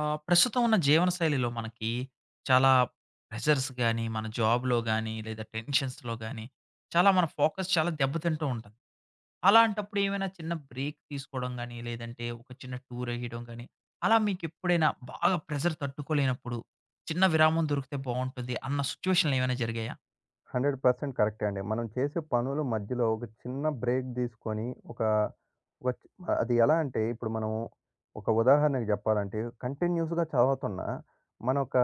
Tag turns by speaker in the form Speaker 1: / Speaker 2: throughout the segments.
Speaker 1: ప్రస్తుతం ఉన్న జీవనశైలిలో మనకి చాలా ప్రెషర్స్ గాని, మన జాబ్‌లో గాని, లేదా టెన్షన్స్‌లో గాని, చాలా మన ఫోకస్ చాలా దెబ్బతింటూ ఉంటుంది. అలాంటప్పుడు ఏమైనా చిన్న బ్రేక్ తీసుకోవడం గాని, లేదంటే ఒక చిన్న టూర్ ఎయడం గాని, అలా మీకెప్పుడైనా బాగా ప్రెషర్ తట్టుకోలేనప్పుడు, చిన్న విరామం దొరికితే బావుంటుంది అన్న సిట్యుయేషన్‌లు ఏమైనా జరిగాయా?
Speaker 2: 100% కరెక్టే అండి. మనం చేసే పనుల మధ్యలో ఒక చిన్న బ్రేక్ తీసుకొని ఒక ఒక చ్ అది ఎలా అంటే ఇప్పుడు మనం ఒక ఉదాహరణకు చెప్పాలంటే కంటిన్యూయస్‌గా చదువుతున్నా మన యొక్క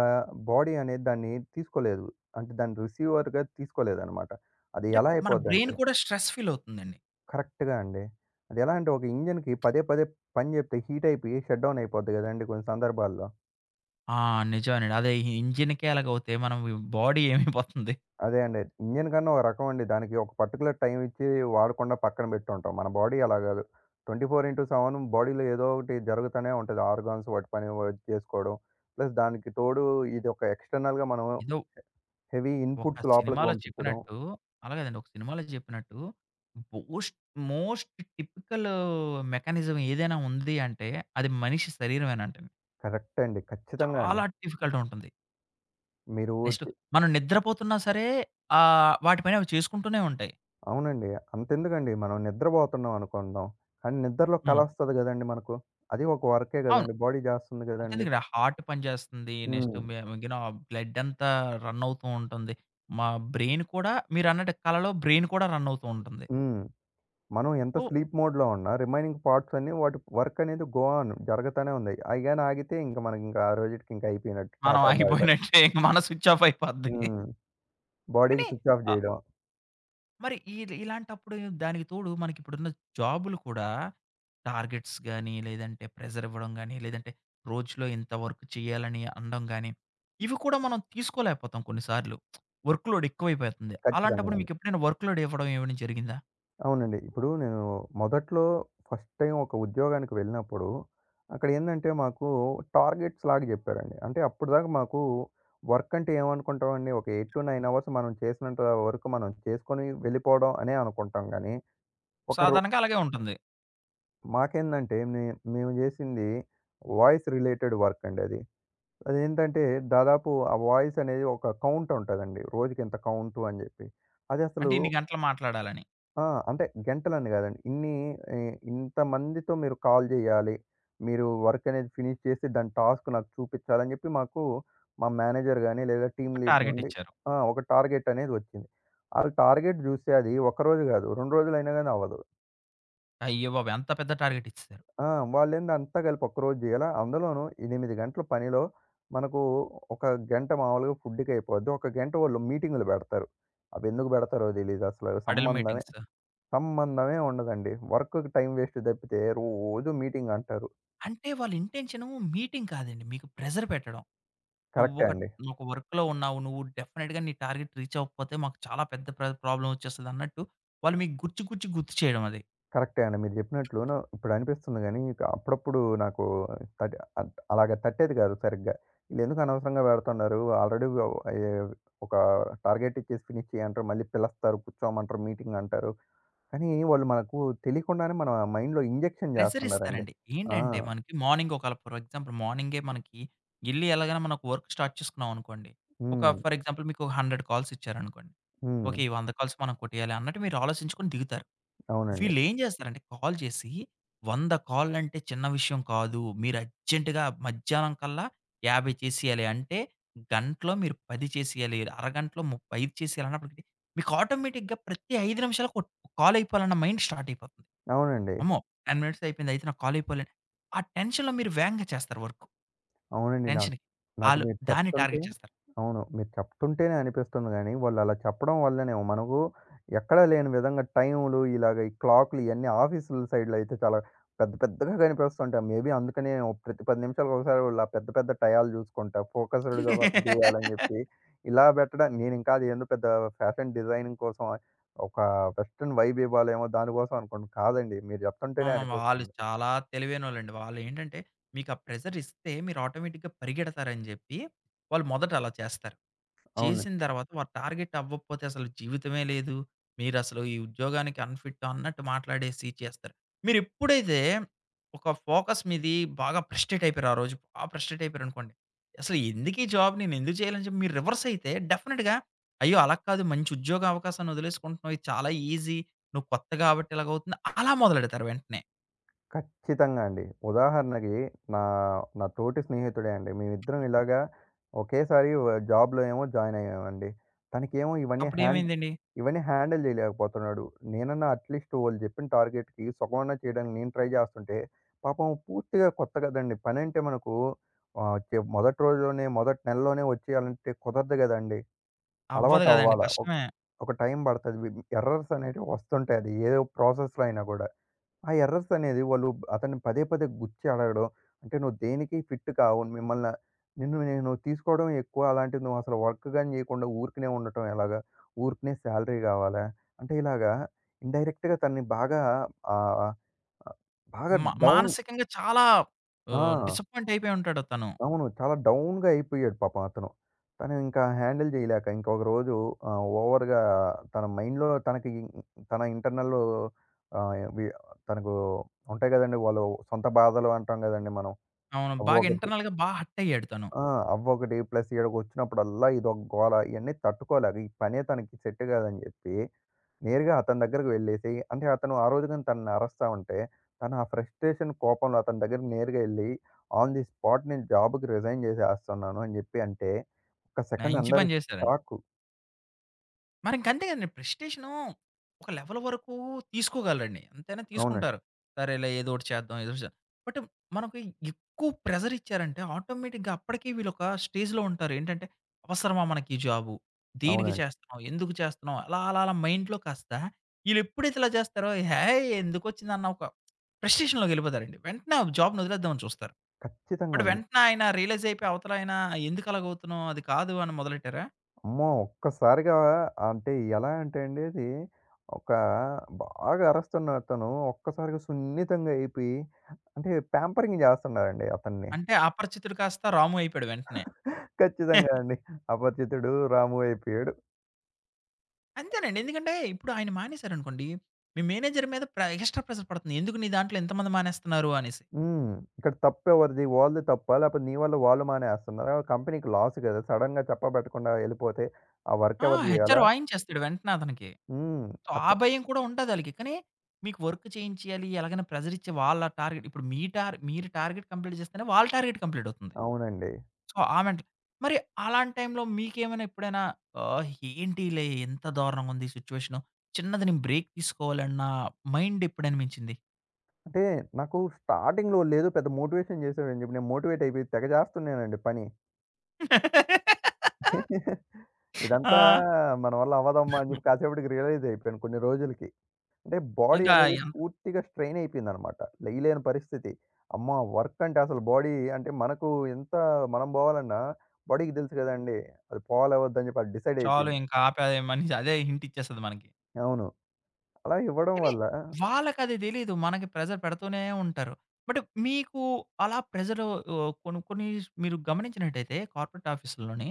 Speaker 2: బాడీ అనేది దాన్ని తీసుకోలేదు. అంటే దాన్ని రిసీవర్‌గా తీసుకోలేదన్నమాట. అది
Speaker 1: అంటే
Speaker 2: ఎలా
Speaker 1: మన బ్రెయిన్
Speaker 2: అయిపోద్దంటే ఓకే.
Speaker 1: కూడా స్ట్రెస్ ఫీల్ అవుతుందండి.
Speaker 2: కరెక్ట్‌గా అండి. అది ఎలా అంటే ఒక ఇంజిన్‌కి పదే పదే పని చెప్తే హీట్ అయిపోయి షట్ డౌన్ అయిపోద్ది కదండీ కొన్ని సందర్భాల్లో.
Speaker 1: ఆ! నిజమేనండి. అదే ఈ ఇంజిన్‌కే అలాగవుతే మనం బాడీ ఏమైపోతుంది?
Speaker 2: అదే అండి. ఇంజిన్ గన్ ఒక రకం అండి. దానికి ఒక పర్టిక్యులర్ టైమ్ ఇచ్చి వాడకుండా పక్కన పెట్టుంటాం. మన బాడీ అలా గాదు. 24/7 బాడీలో ఏదో ఒకటి జరుగుతూనే ఉంటది. ఆర్గాన్స్ వాటి పని చేసుకోవడం. ప్లస్ దానికి తోడు ఇదొక ఎక్స్‌టర్నల్‌గా మనం
Speaker 1: ఏదో
Speaker 2: హెవీ
Speaker 1: ఒక
Speaker 2: ఇన్‌పుట్స్ లోపలికి
Speaker 1: సినిమాలో
Speaker 2: పంపించడం.
Speaker 1: చెప్పినట్టు అలా కాదండి. ఒక సినిమాలో చెప్పినట్టు బోస్ట్ మోస్ట్ టిపికల్ మెకానిజం ఏదైనా ఉంది అంటే అది మనిషి శరీరమేనంటండి.
Speaker 2: కరెక్ట్ అండి. ఖచ్చితంగా అండి.
Speaker 1: చాలా డిఫికల్ట్ ఉంటుంది.
Speaker 2: మీరు
Speaker 1: నెక్స్ట్
Speaker 2: చె
Speaker 1: మనం నిద్రపోతున్నా సరే, వాటి పని అవి చేసుకుంటూనే ఉంటాయి.
Speaker 2: అవునండి. అంతెందుకండి మనం నిద్రపోతున్నాం అనుకుందాం. కానీ నిద్రలో
Speaker 1: హ్మ్.
Speaker 2: కలొస్తది గదండీ మనకు. అది ఒక వర్కే
Speaker 1: అవును.
Speaker 2: గదండీ. బాడీ జేస్తుంది
Speaker 1: అంతెందుకు
Speaker 2: గదండీ.
Speaker 1: ఇక్కడ హార్ట్ పనిచేస్తుంది. నెక్స్ట్
Speaker 2: హ్మ్.
Speaker 1: మిగిలిన బ్లడ్ అంతా రన్ అవుతూ ఉంటుంది. మా బ్రెయిన్ కూడా మీరన్నట్టు కలలో బ్రెయిన్ కూడా రన్ అవుతూ ఉంటుంది.
Speaker 2: హ్మ్. మనం ఎంత
Speaker 1: సో,
Speaker 2: స్లీప్ మోడ్‌లో ఉన్నా రిమైనింగ్ పార్ట్స్ అన్నీ వాటి వర్క్ అనేది గో ఆన్ జరగతానే ఉంది. అయి గాని ఆగితే ఇంక మనకింకా ఆ రోజుటికి ఇంక అయిపోయినట్టు.
Speaker 1: మనం
Speaker 2: టాటా బాయ్ బాయ్.
Speaker 1: ఆగిపోయినట్టే ఇంక మన స్విచ్ ఆఫ్ అయిపోద్ది.
Speaker 2: హ్మ్. బాడీకి
Speaker 1: కానీ
Speaker 2: స్విచ్ ఆఫ్
Speaker 1: ఆ!
Speaker 2: జేయడం.
Speaker 1: మరి ఇలాంటప్పుడు దానికి తోడు మనకిప్పుడున్న జాబులు కూడా టార్గెట్స్ గానీ, లేదంటే ప్రెషర్ ఇవ్వడం గానీ, లేదంటే రోజులో ఇంత వర్క్ చేయాలని అనడం గానీ, ఇవి కూడా మనం తీసుకోలేకపోతాం కొన్ని సార్లు. వర్క్ లోడ్ ఎక్కువైపోతుంది. అలాంటప్పుడు
Speaker 2: ఖచ్చితంగాను.
Speaker 1: మీకెప్పుడైనా వర్క్ లోడ్ ఇవ్వడం ఏమైనా జరిగిందా?
Speaker 2: అవునండి. ఇప్పుడు నేను మొదట్లో ఫస్ట్ టైమ్ ఒక ఉద్యోగానికి వెళ్ళినప్పుడు అక్కడేందంటే మాకు టార్గెట్స్ లాగా జెప్పారండి. అంటే అప్పటిదాకా మాకు వర్క్ అంటే ఏమనుకుంటామండి ఒక 8-9 అవర్స్ మనం చేసినంత వరకు మనం చేసుకొని వెళ్ళిపోవడం అనే అనుకుంటాం గానీ, ఒక రో
Speaker 1: సాధారణంగా అలాగే ఉంటుంది.
Speaker 2: మాకేందంటే మేము జేసింది వాయిస్ రిలేటెడ్ వర్క్ అండి అది. అదేంటంటే దాదాపు ఆ వాయిస్ అనేది ఒక కౌంట్ ఉంటదండి. రోజుకింత కౌంటు అని జెప్పి.
Speaker 1: అంటే
Speaker 2: అదసలు
Speaker 1: ఇన్ని గంటలు మాట్లాడాలని.
Speaker 2: ఆ! అంటే గంటలని గాదండి. ఇన్ని ఎ ఇంతమందితో మీరు కాల్ జేయాలి. మీరు వర్క్ అనేది ఫినిష్ చేసి దాని టాస్క్ నాకు చూపిచ్చాలని జెప్పి మాకు మా మేనేజర్ గాని లేదా
Speaker 1: ఒక
Speaker 2: టీమ్ లీడ్
Speaker 1: టార్గెట్
Speaker 2: నుండి
Speaker 1: ఇచ్చారు.
Speaker 2: ఆ! ఒక టార్గెట్ అనేది ఒచ్చింది. ఆళ్ళు టార్గెట్ జూస్తే అది ఒక్కరోజు గాదు, 2 రోజులైనా గాని అవ్వదు.
Speaker 1: అయ్య బాబోయ్! అంత పెద్ద టార్గెట్ ఇచ్చేసారు.
Speaker 2: ఆ! వాళ్ళేంది అంతా కలిపి ఒక్కరోజు జేయాల. అందులోనూ 8 గంటల పనిలో మనకు ఒక గంట మామూలుగా ఫుడ్‌కి అయిపోద్ది. ఒక గంట వాళ్ళు మీటింగులు బెడతారు. అవెందుకు బెడతారో తెలీదు అసలు.
Speaker 1: హడల్
Speaker 2: సంబంధమే
Speaker 1: మీటింగ్స్.
Speaker 2: సంబంధమే ఉండదండి. వర్క్‌కి టైం వేస్ట్ తప్పితే రోజు మీటింగ్ అంటారు.
Speaker 1: అంటే వాళ్ళ ఇంటెన్షన్ మీటింగ్ కాదండి. మీకు ప్రెషర్ పెట్టడం.
Speaker 2: కరెక్టే
Speaker 1: నువ్వొక
Speaker 2: అండి.
Speaker 1: ఒక వర్క్‌లో ఉన్నావు. నువ్వు డెఫినిట్‌గా నీ టార్గెట్ రీచ్ అవ్వకపోతే మాకు చాలా పెద్ద ప్రాబ్లమ్ వచ్చేస్తదన్నట్టు వాళ్ళు మీకు గుచ్చి, గుచ్చి గుర్తు చేయడం అది.
Speaker 2: కరెక్టే అండి. మీరు జెప్పినట్లును ఇప్పుడు అనిపిస్తుంది గానీ, ఇక అప్పుడప్పుడు నాకు తట్ అట్ అలాగ తట్టేది గాదు సరిగ్గా. ఈళ్ళెందుకు అనవసరంగా బెడుతున్నారు? ఆల్రెడీ వ్ ఏ ఒక టార్గెట్ ఇచ్చేసి ఫినిష్ చేయంటారు. మళ్ళీ పిలుస్తారు, కూర్చోమంటారు, మీటింగ్ అంటారు. కానీ వాళ్ళు మనకు తెలియకుండానే మన మైండ్‌లో ఇంజెక్షన్
Speaker 1: ప్రెషర్
Speaker 2: జేస్తన్నారండి.
Speaker 1: ఇస్తారండి.
Speaker 2: ఆ!
Speaker 1: ఏంటంటే మనకి మార్నింగ్ ఒకవేళ ఫర్ ఎగ్జాంపుల్ మార్నింగే మనకి ఎలాగైనా మనం ఒక వర్క్ స్టార్ట్ చేసుకున్నాం అనుకోండి. ఒక
Speaker 2: హ్మ్.
Speaker 1: ఫర్ ఎగ్జాంపుల్ మీకు 100 కాల్స్ ఇచ్చారనుకోండి.
Speaker 2: హ్మ్.
Speaker 1: ఓకే. ఈ 100 కాల్స్ మనం కొట్టేయాలి అన్నట్టు మీరు ఆలోచించుకొని దిగుతారు.
Speaker 2: అవునండి.
Speaker 1: వీళ్ళేం జేస్తారంటే కాల్ చేసి 100 కాల్లంటే చిన్న విషయం కాదు. మీరు అర్జెంట్‌గా మధ్యాహ్నం కల్లా 50 చేసేయాలి. అంటే గంటలో మీరు 10 చేసేయాలి. అరగంటలో 5 చేసేయాలి అన్నప్పటికి మీకు ఆటోమేటిక్‌గా ప్రతి 5 నిమిషాలకు కాల్ అయిపోవాలన్న మైండ్ స్టార్ట్ అయిపోతుంది.
Speaker 2: అవునండి.
Speaker 1: అమ్మో! 10 మినిట్స్ అయిపోయింది. అయితే నాకు కాల్ అయిపోలే. ఆ టెన్షన్‌లో మీరు వేగంగా చేస్తారు వర్క్.
Speaker 2: అవునండి. నాకు
Speaker 1: టెన్షన్‌కి.
Speaker 2: నాకు
Speaker 1: ఆళ్ళు
Speaker 2: మీరు
Speaker 1: దాన్ని
Speaker 2: చెప్తుంటే
Speaker 1: టార్గెట్ చేస్తారు.
Speaker 2: అవును. మీరు చెప్తుంటేనే అనిపిస్తుంది గానీ, వాళ్ళలా చెప్పడం వల్లనేమో మనకు ఎక్కడా లేని విధంగా టైములు, ఇలాగ ఈ క్లాక్‌లు ఇయన్నీ ఆఫీసుల సైడ్‌లో అయితే చాలా పెద్ద పెద్దగా కనిపిస్తుంటాయి. మేబీ అందుకనేమో ప్రతి 10 నిమిషాలకు ఒకసారి వాళ్ళు ఆ పెద్ద పెద్ద టయాలు చూసుకుంటా, ఫోకస్‌డ్‌గా వర్క్ జేయాలని జెప్పి, ఇలా పెట్టడం నేనింకా అదేందో పెద్ద ఫ్యాషన్ డిజైనింగ్ కోసం ఒక వెస్టర్న్ వైబ్ ఇవ్వాలేమో దానికోసం అనుకోండి. కాదండి. మీరు
Speaker 1: ఆ!
Speaker 2: చెప్తుంటేనే
Speaker 1: మా వాళ్ళు
Speaker 2: అనిపిస్తుంది.
Speaker 1: చాలా తెలివైనోళ్ళండి. వాళ్ళేంటంటే, మీకా ప్రెషర్ ఇస్తే మీరు ఆటోమేటిక్‌గా పరిగెడతారని జెప్పి, వాళ్ళు మొదట అలా చేస్తారు.
Speaker 2: అవును.
Speaker 1: చేసిన తర్వాత వారు టార్గెట్ అవ్వకపోతే అసలు జీవితమే లేదు. మీరసలు ఈ ఉద్యోగానికి అన్‌ఫిట్ అన్నట్టు మాట్లాడేసి చేస్తారు. మీరెప్పుడైతే ఒక ఫోకస్ మీది బాగా ఫ్రస్ట్రేట్ అయిపోయారు ఆ రోజు. బాగా ఫ్రస్ట్రేట్ అయిపోయారనుకోండి. అసలు ఎందుకీ జాబ్ నేనెందుకు చేయాలని చెప్పి మీరు రివర్స్ అయితే డెఫినిట్‌గా అయ్యో! అలా కాదు, మంచి ఉద్యోగ అవకాశాన్ని వదిలేసుకుంటున్నావు. ఇది చాలా ఈజీ. నువ్వు కొత్త గాబట్టి ఇలాగవుతుంది. అలా మొదలెడతారు వెంటనే.
Speaker 2: ఖచ్చితంగా అండి. ఉదాహరణకి నా, నా తోటి స్నేహితుడే అండి. మేమిద్దరం ఇలాగా ఒకేసారి జాబ్‌లో ఏమో జాయిన్ అయ్యామండి. తనకేమో ఇవన్నీ హ్యాండ్
Speaker 1: అప్పుడేమైందండి?
Speaker 2: ఇవన్నీ హ్యాండిల్ చేయలేకపోతున్నాడు. నేనన్నా అట్‌లీస్ట్ వాళ్ళు చెప్పిన టార్గెట్‌కి సగమన్నా చేయడానికి నేను ట్రై చేస్తుంటే, పాపం పూర్తిగా కొత్త కదండీ. పనంటే మనకు ఆహ్, చె మొదటి రోజులోనే, మొదటి నెలలోనే వచ్చేయాలంటే కుదరదు గదండీ.
Speaker 1: అవ్వదు
Speaker 2: అలవాటు
Speaker 1: గదండీ!
Speaker 2: అవ్వాల. ఒక
Speaker 1: కష్టమే.
Speaker 2: ఒక టైం పడతది. ఎర్రర్స్ అనేటివి వస్తుంటాయి. అది ఏదో ప్రాసెస్‌లో అయినా గూడా. ఆ ఎర్రర్స్ అనేది వాళ్ళు అతన్ని పదే పదే గుచ్చి అడగడం, అంటే "నువ్వు దేనికి ఫిట్ కావు. నిన్ను నేను తీసుకోవడం ఎక్కువ. అలాంటిది నువ్వు అసలు వర్క్ గాని చేయకుండా ఊరికనే ఉండటం ఎలాగా? ఊరికనే శాలరీ కావాలా?" అంటే ఇలాగా ఇండైరెక్ట్‌గా తనని బాగా ఆహ్, బాగా
Speaker 1: మా
Speaker 2: డౌన్
Speaker 1: మానసికంగా చాలా
Speaker 2: ఆ!
Speaker 1: డిసప్పాయింట్ అయిపోయుంటాడు తను.
Speaker 2: అవును. చాలా డౌన్‌గా అయిపోయాడు పాపం అతను. తను ఇంకా హ్యాండిల్ చేయలేక ఇంకొక రోజు ఓవర్‌గా తన మైండ్‌లో తనకి ఇం- తన ఇంటర్నల్‌లో ఆహ్, వి తనకు ఉంటాయి కదండీ! వాళ్ళు సొంత బాధలు అంటాం కదండీ మనం.
Speaker 1: అవును. బాగా
Speaker 2: అవ్వొకటి
Speaker 1: ఇంటర్నల్‌గా హర్ట్ అయ్యాడు తను.
Speaker 2: ఆ! అవ్వొకటి ప్లస్ ఈడకొచ్చినప్పుడల్లా ఇదొక గోల ఇయన్నీ తట్టుకోలేక ఈ పనే తనకి సెట్ కాదని చెప్పి నేరుగా అతని దగ్గరికి వెళ్ళేసి అంటే అతను ఆ రోజు గాని తనని అరుస్తా ఉంటే, తను ఆ ఫ్రస్ట్రేషన్ కోపంలో అతని దగ్గరికి నేరుగా ఎళ్లి, ఆన్ ది స్పాట్ నేను జాబ్‌కి రిజైన్ చేసేస్తున్నాను అని జెప్పి అంటే, ఒక్క
Speaker 1: నా
Speaker 2: సెకండ్
Speaker 1: ఇంచి
Speaker 2: అందరూ
Speaker 1: పని
Speaker 2: వామ్మో!
Speaker 1: జేశారని.
Speaker 2: షాకు.
Speaker 1: మరి ఇంక అంతే కదండీ. ప్రెస్టేషను ఒక లెవెల్ వరకు తీసుకోగలరండి. ఎంతైనా
Speaker 2: అవునండి.
Speaker 1: తీసుకుంటారు. సరేలే ఏదో ఒకటి చేద్దాం, ఏదో ఒకటి చేద్దాం. బట్ మనకి ఎక్కువ ప్రెషర్ ఇచ్చారంటే ఆటోమేటిక్‌గా అప్పటికి వీళ్ళొక స్టేజ్‌లో ఉంటారు. ఏంటంటే అవసరమా మనకి ఈ జాబు? దేనికి
Speaker 2: అవునండి.
Speaker 1: చేస్తున్నాం? ఎందుకు చేస్తున్నాం? అలా అలా అలా మైండ్‌లో కాస్త ఈళ్ళెప్పుడైతే ఇలా చేస్తారో హేయ్! ఎందుకొచ్చిందన్న ఒక ఫ్రస్ట్రేషన్‌లోకెళ్ళిపోతారండి. వెంటనే ఆ జాబ్‌ని వదిలేద్దామని చూస్తారు.
Speaker 2: ఖచ్చితంగా
Speaker 1: బట్
Speaker 2: అండి.
Speaker 1: వెంటనే ఆయన రియలైజ్ అయిపోయి అవతలాయన ఎందుకు అలాగవుతున్నావు? అది కాదు అని మొదలెట్టారా?
Speaker 2: అమ్మో! ఒక్కసారిగా అంటే ఎలా అంటే అండి అది, ఒక బాగా అరుస్తున్న అతను ఒక్కసారిగా సున్నితంగా అయిపోయి, అంటే ప్యాంపరింగ్ చేస్తున్నారండి అతన్ని.
Speaker 1: అంటే అపరిచితుడు కాస్త రాము అయిపోయాడు వెంటనే.
Speaker 2: ఖచ్చితంగా అండి. అపరిచితుడు రాము అయిపోయాడు.
Speaker 1: అంతేనండి. ఎందుకంటే ఇప్పుడు ఆయన మానేసారనుకోండి, మీ మేనేజర్ మీద ఎక్స్‌ట్రా ప్రెషర్ పడుతుంది. ఎందుకు నీ దాంట్లో ఇంతమంది మానేస్తున్నారు అనేసి.
Speaker 2: హ్మ్. ఇక్కడ తప్పెవరిది? వాళ్ళది తప్పా? లేపోతే నీ వల్ల వాళ్ళు మానేస్తున్నారా? కంపెనీకి లాస్ గదా! సడెన్‌గా చెప్పబెట్టకుండా ఎళ్ళిపోతే, ఆ వర్క్
Speaker 1: ఆ!
Speaker 2: ఎవరు
Speaker 1: హెచ్‌ఆర్
Speaker 2: జేయాలా?
Speaker 1: వాయించేస్తాడు వెంటనే అతనికి.
Speaker 2: హ్మ్.
Speaker 1: సో, ఆ
Speaker 2: అట్లా
Speaker 1: భయం కూడా ఉంటదాళ్ళకి. కానీ మీకు వర్క్ చేయించేయాలి, ఎలాగైనా ప్రెషర్ ఇచ్చి వాళ్ళ టార్గెట్ ఇప్పుడు మీ టార్ మీరు టార్గెట్ కంప్లీట్ చేస్తేనే వాళ్ళ టార్గెట్ కంప్లీట్ అవుతుంది.
Speaker 2: అవునండి.
Speaker 1: సో, ఆ మెంటల్ మరి అలాంటి టైంలో మీకేమైనా ఎప్పుడైనా, ఏంటిలే ఎంత దారుణంగా ఉంది సిట్యుయేషను. చిన్నది నేను బ్రేక్ తీసుకోవాలన్న మైండ్ ఎప్పుడనిపించింది?
Speaker 2: అంటే నాకు స్టార్టింగ్‌లో ఓళ్ళేదో పెద్ద మోటివేషన్ జేసారని జెప్పి, నేను మోటివేట్ అయిపోయి తెగ జేస్తున్నానండి పని. ఇదంతా
Speaker 1: ఆ!
Speaker 2: మన వల్ల అవ్వదమ్మా అని
Speaker 1: హ్మ్.
Speaker 2: జెప్పి కాసేపటికి రియలైజ్ అయిపోయాను కొన్ని రోజులకి. అంటే బాడీ
Speaker 1: ఇంకా
Speaker 2: అనేది పూర్తిగా స్ట్రెయిన్ అయిపోయిందనమాట. లేయలేని పరిస్థితి. అమ్మ! వర్క్ అంటే అసలు బాడీ అంటే మనకు ఎంత మనం పోవాలన్నా బాడీకి తెలుసు కదండీ! అది పోవాలా వద్దా అని చెప్పి అది డిసైడ్
Speaker 1: చాలు
Speaker 2: అయిపోయింది.
Speaker 1: ఇంకా ఆపేయమని అదే హింట్ ఇచ్చేస్తది మనకి.
Speaker 2: అవును. అలా ఇవ్వడం
Speaker 1: కానీ
Speaker 2: వల్ల
Speaker 1: వాళ్ళకది తెలీదు. మనకి ప్రెషర్ పెడుతూనే ఉంటారు. బట్ మీకు అలా ప్రెషరు, కొన్ని కొన్ని మీరు గమనించినట్టయితే కార్పొరేట్ ఆఫీసుల్లోని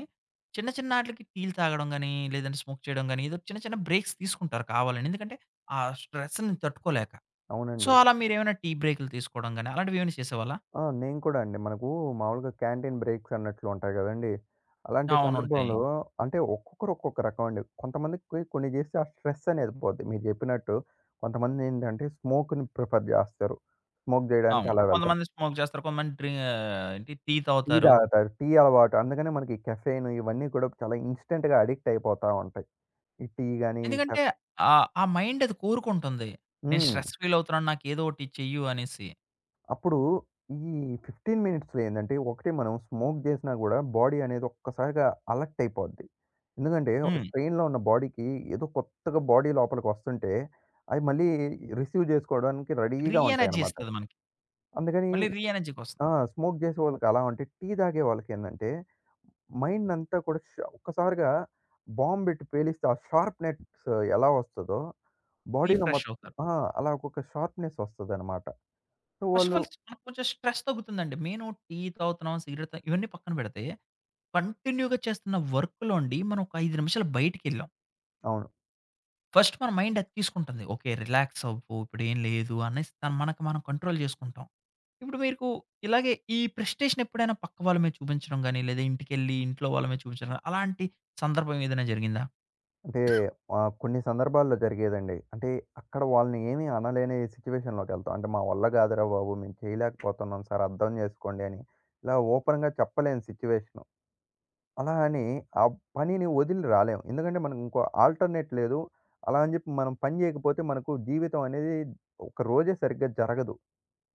Speaker 1: చిన్న చిన్న ఆటిలకి టీలు తాగడం గాని, లేదంటే స్మోక్ చేయడం గాని, ఏదో చిన్న చిన్న బ్రేక్స్ తీసుకుంటారు కావాలని. ఎందుకంటే ఆ స్ట్రెస్‌ని తట్టుకోలేక. సో,
Speaker 2: అవునండి.
Speaker 1: అలా మీరేమైనా టీ బ్రేకులు తీసుకోవడం గాని, అలాంటివి ఏమైనా చేసేవాళ్ళా?
Speaker 2: ఆ! నేను కూడా అండి. మనకు మామూలుగా క్యాంటీన్ బ్రేక్స్ అన్నట్లు ఉంటాయి గదండీ! అలాంటి
Speaker 1: అవును. ఉంటాయి.
Speaker 2: సందర్భంలో అంటే ఒక్కొక్కరు ఒక్కొక్క రకం అండి. కొంతమందికి కొన్ని చేస్తే ఆ స్ట్రెస్ అనేది పోద్ది. మీరు జెప్పినట్టు కొంతమంది ఏంటంటే స్మోక్‌ని ప్రిఫర్ జేస్తారు. స్మోక్ జేయడానికి
Speaker 1: అవును.
Speaker 2: అలా వెళ్తారు.
Speaker 1: కొంతమంది స్మోక్ చేస్తారు. కొంతమంది డ్రి ఆహ్, ఏంటి టీ
Speaker 2: టీ
Speaker 1: తాగుతారు.
Speaker 2: తాగుతారు. టీ అలవాటు. అందుకనే మనకి కెఫెయిన్ ఇవన్నీ కూడా చాలా ఇన్‌స్టంట్‌గా అడిక్ట్ అయిపోతా ఉంటాయి. ఈ టీ గాని
Speaker 1: ఎందుకంటే
Speaker 2: కెఫ్
Speaker 1: ఆ మైండ్ అది కోరుకుంటుంది. నేను
Speaker 2: హ్మ్.
Speaker 1: స్ట్రెస్ ఫీల్ అవుతున్నాను. నాకేదో ఒకటి చెయ్యు అనేసి.
Speaker 2: అప్పుడు ఈ 15 మినిట్స్‌లో ఏందంటే, ఒకటి మనం స్మోక్ చేసినా కూడా బాడీ అనేది ఒక్కసారిగా అలర్ట్ అయిపోద్ది. ఎందుకంటే,
Speaker 1: హ్మ్.
Speaker 2: స్ట్రెయిన్‌లో ఉన్న బాడీకి ఏదో కొత్తగా బాడీ లోపలికి వస్తుంటే, అవి మళ్ళీ రిసీవ్ చేసుకోవడానికి
Speaker 1: రీ
Speaker 2: రెడీగా
Speaker 1: ఎనర్జీ
Speaker 2: ఉంటాయన్నమాట.
Speaker 1: ఇస్తది మనకి.
Speaker 2: అందుకని
Speaker 1: మళ్ళీ రీ ఎనర్జీకొస్తాం.
Speaker 2: ఆ! స్మోక్ చేసే వాళ్ళకి అలా ఉంటే, టీ తాగే వాళ్ళకి ఏందంటే మైండంతా కూడా ఒక్కసారిగా బాంబ్ పెట్టి పేలిస్తే ఆ షార్ప్‌నెస్ ఎలా వస్తదో బాడీలో
Speaker 1: రీఫ్రెష్
Speaker 2: మొత్
Speaker 1: అవుతారు.
Speaker 2: ఆ! అలా ఒక్కొక్క షార్ప్‌నెస్ వస్తదనమాట. సో,
Speaker 1: ఫస్ట్ ఆఫ్
Speaker 2: వాళ్ళు
Speaker 1: ఆల్ మనకు కొంచెం స్ట్రెస్ తగ్గుతుందండి. మెయిను టీ తాగుతున్నాం, సిగరెట్ తా ఇవన్నీ పక్కన పెడితే కంటిన్యూ‌గా చేస్తున్న వర్క్‌లోండి మనం ఒక 5 నిమిషాలు బయటికెళ్ళాం.
Speaker 2: అవును.
Speaker 1: ఫస్ట్ మన మైండ్ అది తీసుకుంటుంది. ఓకే. రిలాక్స్ అవ్వు. ఇప్పుడేం లేదు అనేసి తను మనకు మనం కంట్రోల్ చేసుకుంటాం. ఇప్పుడు మీకు ఇలాగే ఈ ప్రెస్టేషన్ ఎప్పుడైనా పక్క వాళ్ళ మీద చూపించడం గాని, లేదా ఇంటికెళ్ళి ఇంట్లో వాళ్ళ మీద చూపించడం గాని, అలాంటి సందర్భం ఏదైనా జరిగిందా?
Speaker 2: అంటే కొన్ని సందర్భాల్లో జరిగేదండి. అంటే అక్కడ వాళ్ళని ఏమీ అనలేని సిట్యుయేషన్‌లోకెళ్తాం. అంటే మా వల్ల కాదురా బాబు! మేము చేయలేకపోతున్నాం సార్ అర్థం చేసుకోండి అని ఇలా ఓపెన్‌గా చెప్పలేని సిట్యుయేషను. అలా అని ఆ పనిని వదిలి రాలేం. ఎందుకంటే మనకు ఇంకో ఆల్టర్‌నేట్ లేదు. అలా అని చెప్పి మనం పని చేయకపోతే మనకు జీవితం అనేది ఒక రోజే సరిగ్గా జరగదు.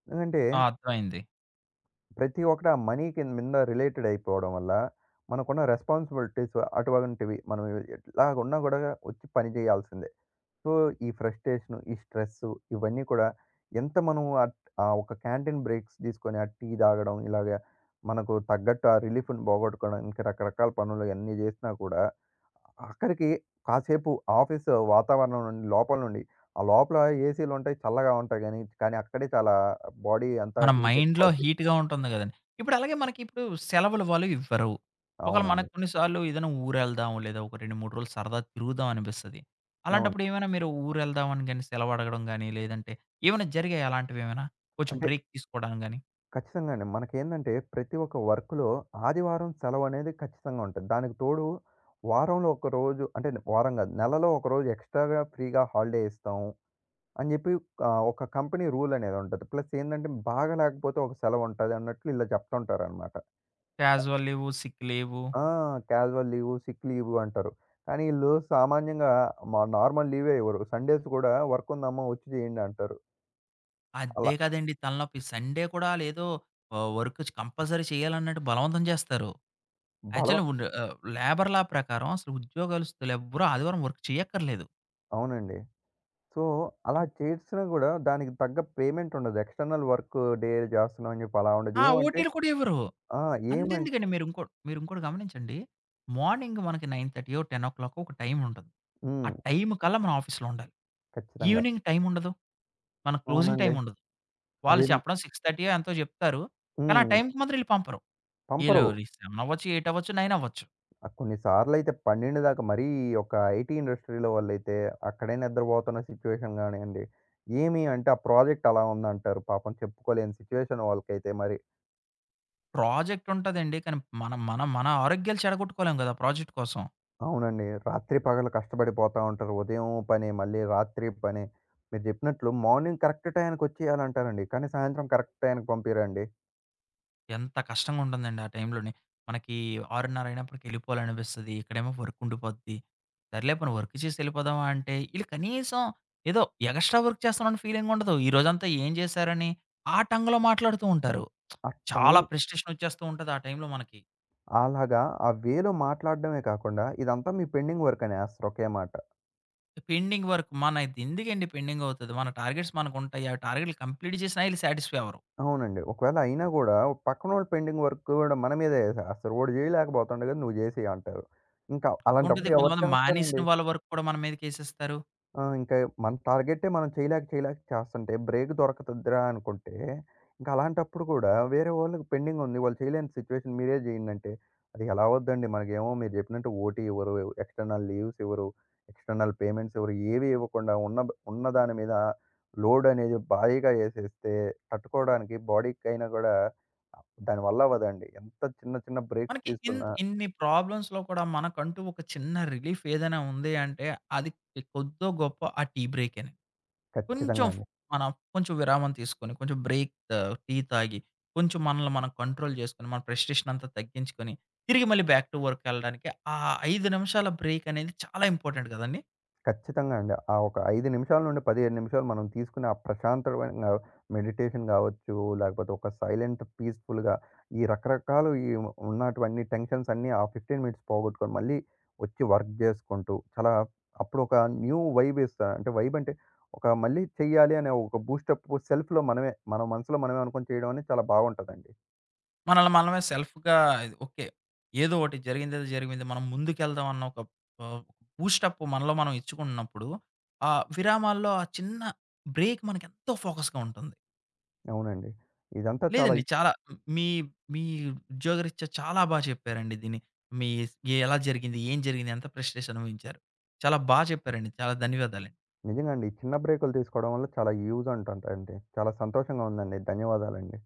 Speaker 2: ఎందుకంటే
Speaker 1: ఆ! అర్థమైంది.
Speaker 2: ప్రతి ఒక్కటి ఆ మనీ కింద మింద రిలేటెడ్ అయిపోవడం వల్ల మనకున్న రెస్పాన్సిబిలిటీస్ అటువంటివి. మనం ఎట్లాగున్నా కూడా వచ్చి పని చేయాల్సిందే. సో, ఈ ఫ్రస్ట్రేషను, ఈ స్ట్రెస్సు ఇవన్నీ కూడా ఎంత మనం అట్ ఆ ఒక క్యాంటీన్ బ్రేక్స్ తీసుకొని ఆ టీ తాగడం, ఇలాగ మనకు తగ్గట్టు ఆ రిలీఫ్‌ని పోగొట్టుకోవడం, ఇంకా రకరకాల పనులు ఇయన్నీ చేసినా కూడా ఆఖరికి కాసేపు ఆఫీస్ వాతావరణం నుండి లోపల నుండి ఆ లోపల ఏసీలు ఉంటాయి. చల్లగా ఉంటాయి గానీ, కానీ అక్కడే చాలా బాడీ అంతా
Speaker 1: మన
Speaker 2: హీట్
Speaker 1: మైండ్‌లో
Speaker 2: ఎక్కిపోద్ది.
Speaker 1: హీట్‌గా ఉంటుంది గదండీ. ఇప్పుడు అలాగే మనకి ఇప్పుడు సెలవులు వాళ్ళు ఇవ్వరు. ఒకవేళ మనకు
Speaker 2: అవునండి.
Speaker 1: కొన్ని సార్లు ఏదైనా ఊరెళ్దాం, లేదా ఒక 2, 3 రోజులు సరదా తిరుగుదాం అనిపిస్తది.
Speaker 2: అవును.
Speaker 1: అలాంటప్పుడు ఏమైనా మీరు ఊరెళ్దాం అని గాని, సెలవు అడగడం గాని, లేదంటే ఏమైనా జరిగాయా అలాంటివేమైనా? కొంచెం
Speaker 2: అంటే
Speaker 1: బ్రేక్ తీసుకోవడం గాని?
Speaker 2: ఖచ్చితంగా అండి. మనకేందంటే ప్రతి ఒక్క వర్క్‌లో ఆదివారం సెలవనేది ఖచ్చితంగా ఉంటది. దానికి తోడు వారంలో ఒక రోజు అంటే వారం కాదు. నెలలో ఒకరోజు ఎక్స్‌ట్రా‌గా ఫ్రీ‌గా హాలిడే ఇస్తాం అని జెప్పి ఒక కంపెనీ రూల్ అనేది ఉంటది. ప్లస్ ఏందంటే బాగా లేకపోతే ఒక సెలవు ఉంటది అన్నట్లు ఇలా చెప్తుంటారనమాట.
Speaker 1: Casual leave, sick leave?
Speaker 2: ఆ! క్యాజువల్ లీవ్, సిక్ లీవ్ అంటారు. కానీ ఈళ్ళు సామాన్యంగా మా నార్మల్ లీవే ఇవ్వరు. సండేస్ కూడా వర్క్ ఉందమ్మా వచ్చి చేయండి అంటారు.
Speaker 1: అదే
Speaker 2: అలా
Speaker 1: కదండీ తలనొప్పి. సండే కూడా ఆళ్ళేదో వర్క్ కంపల్సరీ చేయాలన్నట్టు బలవంతం చేస్తారు.
Speaker 2: బలవ
Speaker 1: యాక్చువల్లీ లేబర్ లా ప్రకారం అసలు ఉద్యోగస్తులెవ్వరూ ఆదివారం వర్క్ చేయక్కర్లేదు.
Speaker 2: అవునండి. సో, అలా చేసినా గూడా దానికి తగ్గ పేమెంట్ ఉండదు. ఎక్స్‌టర్నల్ వర్క్ డే జేస్తున్నాం అని జెప్పి అలా ఉండదు.
Speaker 1: ఆ!
Speaker 2: ఏమంటే
Speaker 1: ఓటీలు కూడా ఇవ్వరు.
Speaker 2: ఆ! ఏమంటే
Speaker 1: అంతెందుకండి మీరు ఇంకో మీరు ఇంకోటి గమనించండి. మార్నింగ్ మనకి 9:30 10:00 ఒక టైమ్ ఉంటది. ఆ
Speaker 2: హ్మ్.
Speaker 1: టైమ్ కల్లా మనం ఆఫీస్‌లో ఉండాలి.
Speaker 2: ఖచ్చితంగా.
Speaker 1: ఈవినింగ్ టైమ్ ఉండదు. మన క్లోజింగ్
Speaker 2: అవునండి.
Speaker 1: టైమ్ ఉండదు. వాళ్ళు
Speaker 2: అది
Speaker 1: చెప్పడం 6:30 ఎంతో చెప్తారు. కానీ ఆ
Speaker 2: హ్మ్.
Speaker 1: టైంకి మాత్రం ఈళ్ళు పంపరు. ఈళ్ళు
Speaker 2: పంపరు.
Speaker 1: 7 అవ్వచ్చు, 8 అవ్వచ్చు, 9 అవ్వచ్చు.
Speaker 2: ఆహ్, కొన్ని సార్లయితే 12 దాకా మరీ ఒక ఐటీ ఇండస్ట్రీ‌లో వాళ్ళైతే అక్కడే నిద్రబోతున్న సిట్యుయేషన్ గానియండి, ఏమి అంటే ఆ ప్రాజెక్ట్ అలా ఉందంటారు. పాపం చెప్పుకోలేని సిట్యుయేషన్ వాళ్ళకైతే మరి.
Speaker 1: ప్రాజెక్ట్ ఉంటదండి. కానీ మనం మనం మన ఆరోగ్యాలు చెడగొట్టుకోలేం గదా! ప్రాజెక్ట్ కోసం.
Speaker 2: అవునండి. రాత్రి పగలు కష్టపడి పోతా ఉంటారు. ఉదయం పని, మళ్ళీ రాత్రి పని. మీరు జెప్పినట్లు మార్నింగ్ కరెక్ట్ టయానికొచ్చేయాలంటారండి. కానీ సాయంత్రం కరెక్ట్ టయానికి పంపియరండి.
Speaker 1: ఎంత కష్టంగా ఉంటుందండి ఆ టైంలోని. మనకి 6:30 అయినప్పటికి ఎళ్ళిపోవాలనిపిస్తది. ఇక్కడేమో వర్క్ ఉండిపోద్ది. సర్లే పోనీ వర్క్ చేసి ఎళ్ళిపోదామా అంటే, ఈళ్ళు కనీసం ఏదో ఎగస్ట్రా వర్క్ చేస్తున్నామని ఫీలింగ్ ఉండదు. ఈ రోజంతా ఏం చేశారని ఆ టంగ్‌లో మాట్లాడుతూ ఉంటారు.
Speaker 2: ఆ టంగ్
Speaker 1: చాలా ఫ్రస్ట్రేషన్ వచ్చేస్తూ ఉంటది ఆ టైంలో మనకి.
Speaker 2: అలాగా ఆ వేలో మాట్లాడడమే కాకుండా, ఇదంతా మీ పెండింగ్ వర్క్ అనేస్తారు ఒకే మాట.
Speaker 1: పెండింగ్ వర్క్ మనది ఎందుకండి పెండింగ్ అవుతది? మన టార్గెట్స్ మనకుంటాయి. ఆ టార్గెట్‌లు కంప్లీట్ చేసినా ఈళ్ళు సాటిస్ఫై అవ్వరు.
Speaker 2: అవునండి. ఒకవేళ అయినా గూడా పక్కనోళ్ళు పెండింగ్ వర్క్ గూడా మన మీదే ఏసేస్తారు. "వాడు జేయలేకపోతుండు గదా! నువ్వు జేసేయి" అంటారు. ఇంకా
Speaker 1: ఉంటది
Speaker 2: అలాంటప్పుడు ఎవరు
Speaker 1: కొంతమంది మానేసిన
Speaker 2: చేస్తారండి?
Speaker 1: వాళ్ళ వర్క్ కూడా మన మీదకేసేస్తారు.
Speaker 2: ఆ! ఇంకా మన టార్గెటే మనం చేయలేక, చేయలేక చేస్తంటే బ్రేక్ దొరకతదిరా అనుకుంటే, ఇంక అలాంటప్పుడు కూడా వేరే వాళ్ళకి పెండింగ్ ఉంది. వాళ్ళు చేయలేని సిచ్యువేషన్ మీరే చేయండంటే, అది ఎలా అవ్వద్దండి. మనకేమో మీరు చెప్పినట్టు ఓటీ ఇవ్వరు, ఎక్స్టర్నల్ లీవ్స్ ఇవ్వరు, ఎక్స్టర్నల్ పేమెంట్స్ ఇవ్వరు. ఏవి ఇవ్వకుండా ఉన్న దాని మీద లోడ్ అనేది భారీగా ఏసేస్తే తట్టుకోవడానికి బాడీకైనా కూడా దానివల్ల అవ్వదండి. ఎంత చిన్న చిన్న బ్రేక్స్
Speaker 1: మనకి
Speaker 2: తీసుకున్నా
Speaker 1: ఇన్ని ప్రాబ్లమ్స్‌లో కూడా మనకంటూ ఒక చిన్న రిలీఫ్ ఏదైనా ఉంది అంటే, అది కొద్దో గొప్పో ఆ టీ బ్రేకేనే. కొంచెం
Speaker 2: ఖచ్చితంగా అండి.
Speaker 1: మనం కొంచెం విరామం తీసుకొని, కొంచెం బ్రేక్ టీ తాగి, కొంచెం మనల్ని మనం కంట్రోల్ చేసుకొని, మన ఫ్రస్ట్రేషన్ అంతా తగ్గించుకొని, తిరిగి మళ్ళీ బ్యాక్ టు వర్క్ ఎళ్ళడానికి ఆ 5 నిమిషాల బ్రేక్ అనేది చాలా ఇంపార్టెంట్ కదండీ!
Speaker 2: ఖచ్చితంగా అండి. ఆ ఒక 5 నిమిషాల నుండి 15 నిమిషాలు మనం తీసుకునే ఆ ప్రశాంతమైన మెడిటేషన్ గావచ్చు, లేకపోతే ఒక సైలెంట్ పీస్‌ఫుల్‌గా ఈ రకరకాలు ఈ ఉన్నటివన్నీ టెన్షన్స్ అన్నీ ఆ 15 మినిట్స్ పోగొట్టుకొని మళ్ళీ వచ్చి వర్క్ జేసుకుంటూ చాలా అప్పుడొక న్యూ వైబ్ ఇస్తా అంటే వైబ్ అంటే ఒక మళ్ళీ చెయ్యాలి అనే ఒక బూస్టప్ సెల్ఫ్‌లో మనమే మన మనసులో మనమే అనుకోని చేయడం అనేది చాలా బావుంటదండి.
Speaker 1: మనల్ని మనమే సెల్ఫ్‌గా ఇది ఓకే. ఏదో ఒకటి జరిగిందేదో జరిగింది. మనం ముందుకెళ్దాం అన్న ఒక ఆహ్, బూస్టప్ మనలో మనం ఇచ్చుకున్నప్పుడు, ఆ విరామాల్లో ఆ చిన్న బ్రేక్ మనకెంతో ఫోకస్‌గా ఉంటుంది.
Speaker 2: అవునండి. ఇదంతా చాలా
Speaker 1: లేదండి చాలా మీ మీ ఉద్యోగరీత్యా చాలా బా చెప్పారండి దీన్ని. మీ ఏ- ఎలా జరిగింది? ఏం జరిగింది? ఎంత ఫ్రస్ట్రేషన్ అనుభవించారు? చాలా బా చెప్పారండి. చాలా ధన్యవాదాలండి.
Speaker 2: నిజంగా అండి. ఈ చిన్న బ్రేకులు తీసుకోవడం వల్ల చాలా యూజ్ ఉంటుంటండి. చాలా సంతోషంగా ఉందండి. ధన్యవాదాలండి.